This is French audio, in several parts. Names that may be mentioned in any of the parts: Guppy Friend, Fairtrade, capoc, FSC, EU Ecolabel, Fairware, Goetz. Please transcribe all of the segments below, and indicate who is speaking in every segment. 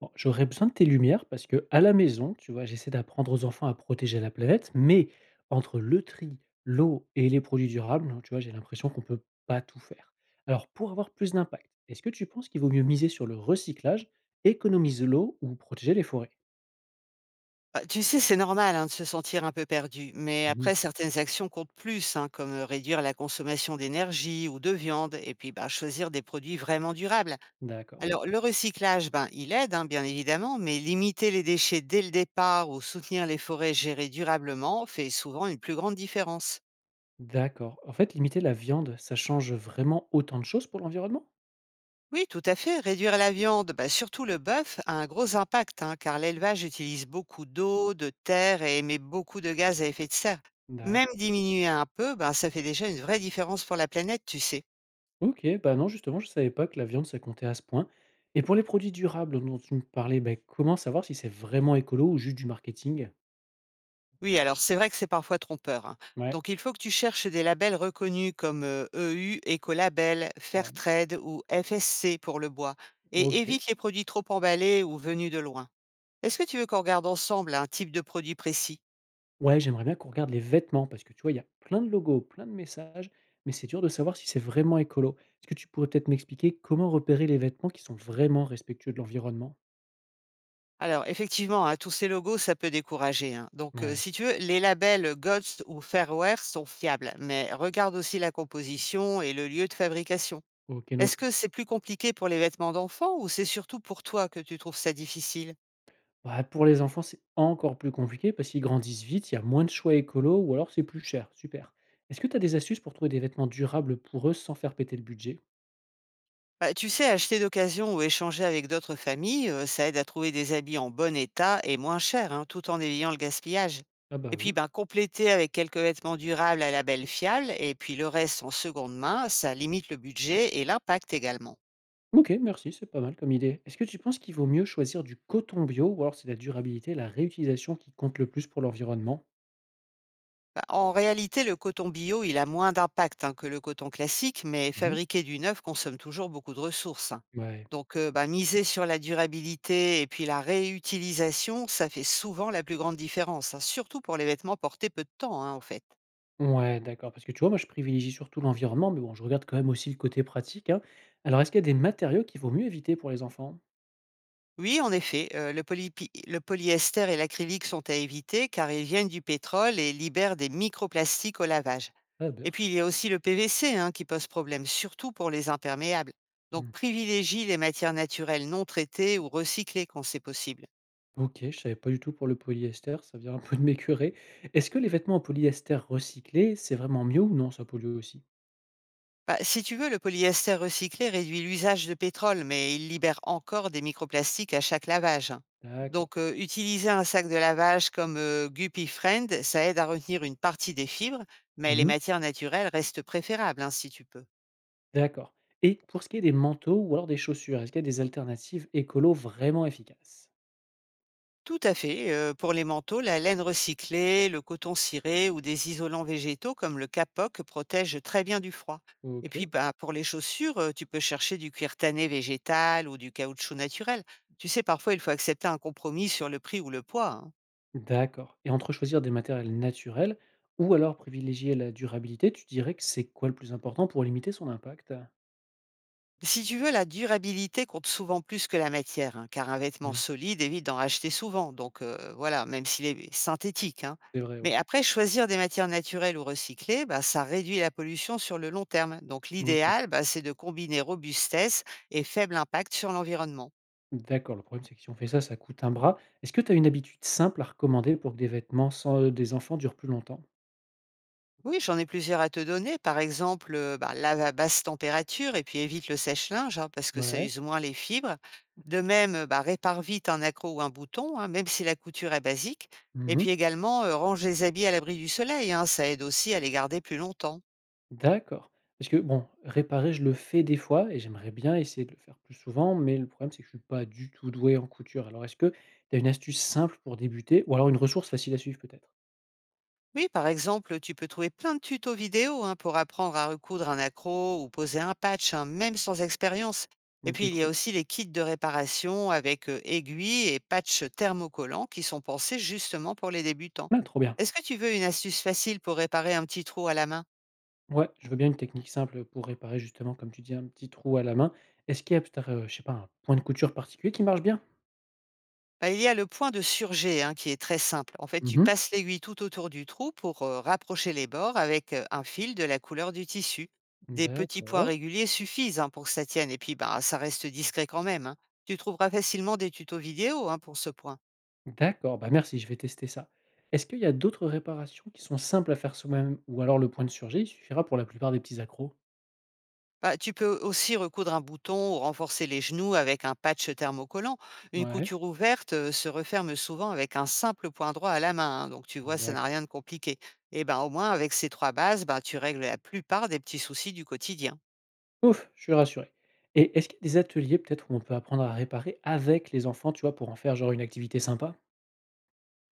Speaker 1: Bon, j'aurais besoin de tes lumières parce que à la maison, tu vois, j'essaie d'apprendre aux enfants à protéger la planète, mais entre le tri, l'eau et les produits durables, tu vois, j'ai l'impression qu'on peut pas tout faire. Alors, pour avoir plus d'impact, est-ce que tu penses qu'il vaut mieux miser sur le recyclage, économiser l'eau ou protéger les forêts?
Speaker 2: Bah, tu sais, c'est normal, hein, de se sentir un peu perdu, mais
Speaker 1: Mhm.
Speaker 2: après certaines actions comptent plus, hein, comme réduire la consommation d'énergie ou de viande, et puis bah, choisir des produits vraiment durables.
Speaker 1: D'accord.
Speaker 2: Oui. Alors le recyclage, ben, il aide, hein, bien évidemment, mais limiter les déchets dès le départ ou soutenir les forêts gérées durablement fait souvent une plus grande différence.
Speaker 1: D'accord. En fait, limiter la viande, ça change vraiment autant de choses pour l'environnement?
Speaker 2: Oui, tout à fait. Réduire la viande, bah, surtout le bœuf, a un gros impact, hein, car l'élevage utilise beaucoup d'eau, de terre et émet beaucoup de gaz à effet de serre. Même
Speaker 1: D'accord.
Speaker 2: diminuer un peu, bah, ça fait déjà une vraie différence pour la planète, tu sais.
Speaker 1: OK, bah, non, justement, je savais pas que la viande, ça comptait à ce point. Et pour les produits durables dont tu me parlais, bah, comment savoir si c'est vraiment écolo ou juste du marketing?
Speaker 2: Oui, alors c'est vrai que c'est parfois trompeur, hein.
Speaker 1: Ouais,
Speaker 2: Donc il faut que tu cherches des labels reconnus comme EU, Ecolabel,
Speaker 1: ouais,
Speaker 2: Fairtrade ou FSC pour le bois, et
Speaker 1: OK.
Speaker 2: évite les produits trop emballés ou venus de loin. Est-ce que tu veux qu'on regarde ensemble un type de produit précis?
Speaker 1: Ouais, j'aimerais bien qu'on regarde les vêtements parce que tu vois, il y a plein de logos, plein de messages, mais c'est dur de savoir si c'est vraiment écolo. Est-ce que tu pourrais peut-être m'expliquer comment repérer les vêtements qui sont vraiment respectueux de l'environnement?
Speaker 2: Alors effectivement, hein, tous ces logos, ça peut décourager, hein. Donc,
Speaker 1: Ouais,
Speaker 2: si tu veux, les labels Goetz ou Fairware sont fiables, mais regarde aussi la composition et le lieu de fabrication.
Speaker 1: OK,
Speaker 2: Est-ce
Speaker 1: noté.
Speaker 2: que c'est plus compliqué pour les vêtements d'enfants ou c'est surtout pour toi que tu trouves ça difficile?
Speaker 1: Bah, pour les enfants, c'est encore plus compliqué parce qu'ils grandissent vite, il y a moins de choix écolo ou alors c'est plus cher, super. Est-ce que tu as des astuces pour trouver des vêtements durables pour eux sans faire péter le budget?
Speaker 2: Bah, tu sais, acheter d'occasion ou échanger avec d'autres familles, ça aide à trouver des habits en bon état et moins chers, hein, tout en évitant le gaspillage.
Speaker 1: Ah
Speaker 2: Et
Speaker 1: bah
Speaker 2: puis,
Speaker 1: oui.
Speaker 2: ben, compléter avec quelques vêtements durables à label fiable et puis le reste en seconde main, ça limite le budget et l'impact également.
Speaker 1: Ok, merci, c'est pas mal comme idée. Est-ce que tu penses qu'il vaut mieux choisir du coton bio ou alors c'est la durabilité, la réutilisation qui compte le plus pour l'environnement?
Speaker 2: Bah, en réalité, le coton bio, il a moins d'impact, hein, que le coton classique, mais
Speaker 1: Mhm.
Speaker 2: fabriquer du neuf consomme toujours beaucoup de ressources, hein.
Speaker 1: Ouais.
Speaker 2: Donc, bah, miser sur la durabilité et puis la réutilisation, ça fait souvent la plus grande différence, hein, surtout pour les vêtements portés peu de temps, hein, en fait.
Speaker 1: Ouais, d'accord. Parce que tu vois, moi, je privilégie surtout l'environnement, mais bon, je regarde quand même aussi le côté pratique, hein. Alors, est-ce qu'il y a des matériaux qu'il vaut mieux éviter pour les enfants?
Speaker 2: Oui, en effet, le polypi le polyester et l'acrylique sont à éviter car ils viennent du pétrole et libèrent des microplastiques au lavage.
Speaker 1: Ah,
Speaker 2: Et
Speaker 1: beurk.
Speaker 2: puis il y a aussi le PVC, hein, qui pose problème, surtout pour les imperméables. Donc privilégie les matières naturelles non traitées ou recyclées quand c'est possible.
Speaker 1: OK, je savais pas du tout pour le polyester, ça vient un peu de m'écurer. Est-ce que les vêtements en polyester recyclé, c'est vraiment mieux ou non, ça pollue aussi?
Speaker 2: Bah, si tu veux, le polyester recyclé réduit l'usage de pétrole, mais il libère encore des microplastiques à chaque lavage.
Speaker 1: D'accord.
Speaker 2: Donc, utiliser un sac de lavage comme Guppy Friend, ça aide à retenir une partie des fibres, mais les
Speaker 1: Mmh.
Speaker 2: matières naturelles restent préférables, hein, si tu peux.
Speaker 1: D'accord, et pour ce qui est des manteaux ou alors des chaussures, est-ce qu'il y a des alternatives écolo vraiment efficaces?
Speaker 2: Tout à fait. Pour les manteaux, la laine recyclée, le coton ciré ou des isolants végétaux comme le capoc protègent très bien du froid. Et puis,
Speaker 1: OK.
Speaker 2: bah, pour les chaussures, tu peux chercher du cuir tanné végétal ou du caoutchouc naturel. Tu sais, parfois, il faut accepter un compromis sur le prix ou le poids, hein.
Speaker 1: D'accord, et entre choisir des matériels naturels ou alors privilégier la durabilité, tu dirais que c'est quoi le plus important pour limiter son impact?
Speaker 2: Si tu veux, la durabilité compte souvent plus que la matière, hein, car un vêtement
Speaker 1: Mmh,
Speaker 2: solide évite d'en racheter souvent. Donc voilà, même s'il est synthétique, hein.
Speaker 1: c'est vrai,
Speaker 2: Mais
Speaker 1: ouais.
Speaker 2: après, choisir des matières naturelles ou recyclées, bah, ça réduit la pollution sur le long terme. Donc
Speaker 1: OK.
Speaker 2: l'idéal, bah, c'est de combiner robustesse et faible impact sur l'environnement.
Speaker 1: D'accord, le problème, c'est que si on fait ça, ça coûte un bras. Est-ce que tu as une habitude simple à recommander pour que des vêtements sans, des enfants durent plus longtemps?
Speaker 2: Oui, j'en ai plusieurs à te donner. Par exemple, bah, lave à basse température et puis évite le sèche-linge, hein, parce que ça
Speaker 1: Ouais.
Speaker 2: use moins les fibres. De même, bah, répare vite un accroc ou un bouton, hein, même si la couture est basique. Et
Speaker 1: Mmh.
Speaker 2: puis également, range les habits à l'abri du soleil, hein, ça aide aussi à les garder plus longtemps.
Speaker 1: D'accord. Parce que bon, réparer, je le fais des fois et j'aimerais bien essayer de le faire plus souvent, mais le problème, c'est que je suis pas du tout doué en couture. Alors est-ce que tu as une astuce simple pour débuter ou alors une ressource facile à suivre peut-être?
Speaker 2: Oui, par exemple, tu peux trouver plein de tutos vidéo, hein, pour apprendre à recoudre un accro ou poser un patch, hein, même sans expérience. Et puis,
Speaker 1: OK,
Speaker 2: il y a
Speaker 1: cool.
Speaker 2: aussi les kits de réparation avec aiguilles et patchs thermocollants qui sont pensés justement pour les débutants.
Speaker 1: Ah, trop bien.
Speaker 2: Est-ce que tu veux une astuce facile pour réparer un petit trou à la main?
Speaker 1: Ouais, je veux bien une technique simple pour réparer justement, comme tu dis, un petit trou à la main. Est-ce qu'il y a peut-être, je sais pas, un point de couture particulier qui marche bien?
Speaker 2: Bah, il y a le point de surjet, hein, qui est très simple. En fait, tu
Speaker 1: Mmh.
Speaker 2: passes l'aiguille tout autour du trou pour rapprocher les bords avec un fil de la couleur du tissu. Des petits points
Speaker 1: D'accord.
Speaker 2: réguliers suffisent, hein, pour que ça tienne et puis bah, ça reste discret quand même, hein. Tu trouveras facilement des tutos vidéo, hein, pour ce point.
Speaker 1: D'accord, bah merci, je vais tester ça. Est-ce qu'il y a d'autres réparations qui sont simples à faire soi-même ou alors le point de surjet, il suffira pour la plupart des petits accros?
Speaker 2: Bah, tu peux aussi recoudre un bouton ou renforcer les genoux avec un patch thermocollant. Une
Speaker 1: Ouais,
Speaker 2: couture ouverte se referme souvent avec un simple point droit à la main, hein, donc tu vois, ça n'a
Speaker 1: d'accord.
Speaker 2: rien de compliqué. Et ben au moins avec ces trois bases, ben, tu règles la plupart des petits soucis du quotidien.
Speaker 1: Ouf, je suis rassuré. Et est-ce qu'il y a des ateliers peut-être où on peut apprendre à réparer avec les enfants, tu vois, pour en faire genre une activité sympa?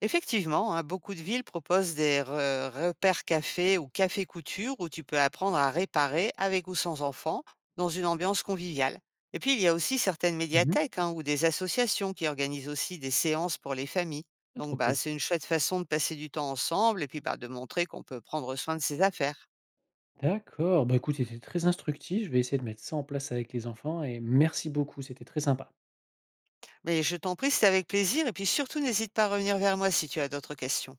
Speaker 2: Effectivement, hein, beaucoup de villes proposent des repères café ou café couture où tu peux apprendre à réparer avec ou sans enfant dans une ambiance conviviale. Et puis, il y a aussi certaines
Speaker 1: Mhm.
Speaker 2: médiathèques, hein, ou des associations qui organisent aussi des séances pour les familles.
Speaker 1: Ah,
Speaker 2: Donc,
Speaker 1: trop
Speaker 2: bah,
Speaker 1: cool.
Speaker 2: c'est une chouette façon de passer du temps ensemble et puis bah, de montrer qu'on peut prendre soin de ses affaires.
Speaker 1: D'accord, bah écoute, c'était très instructif, je vais essayer de mettre ça en place avec les enfants et merci beaucoup, c'était très sympa.
Speaker 2: Mais je t'en prie, c'est avec plaisir. Et puis surtout, n'hésite pas à revenir vers moi si tu as d'autres questions.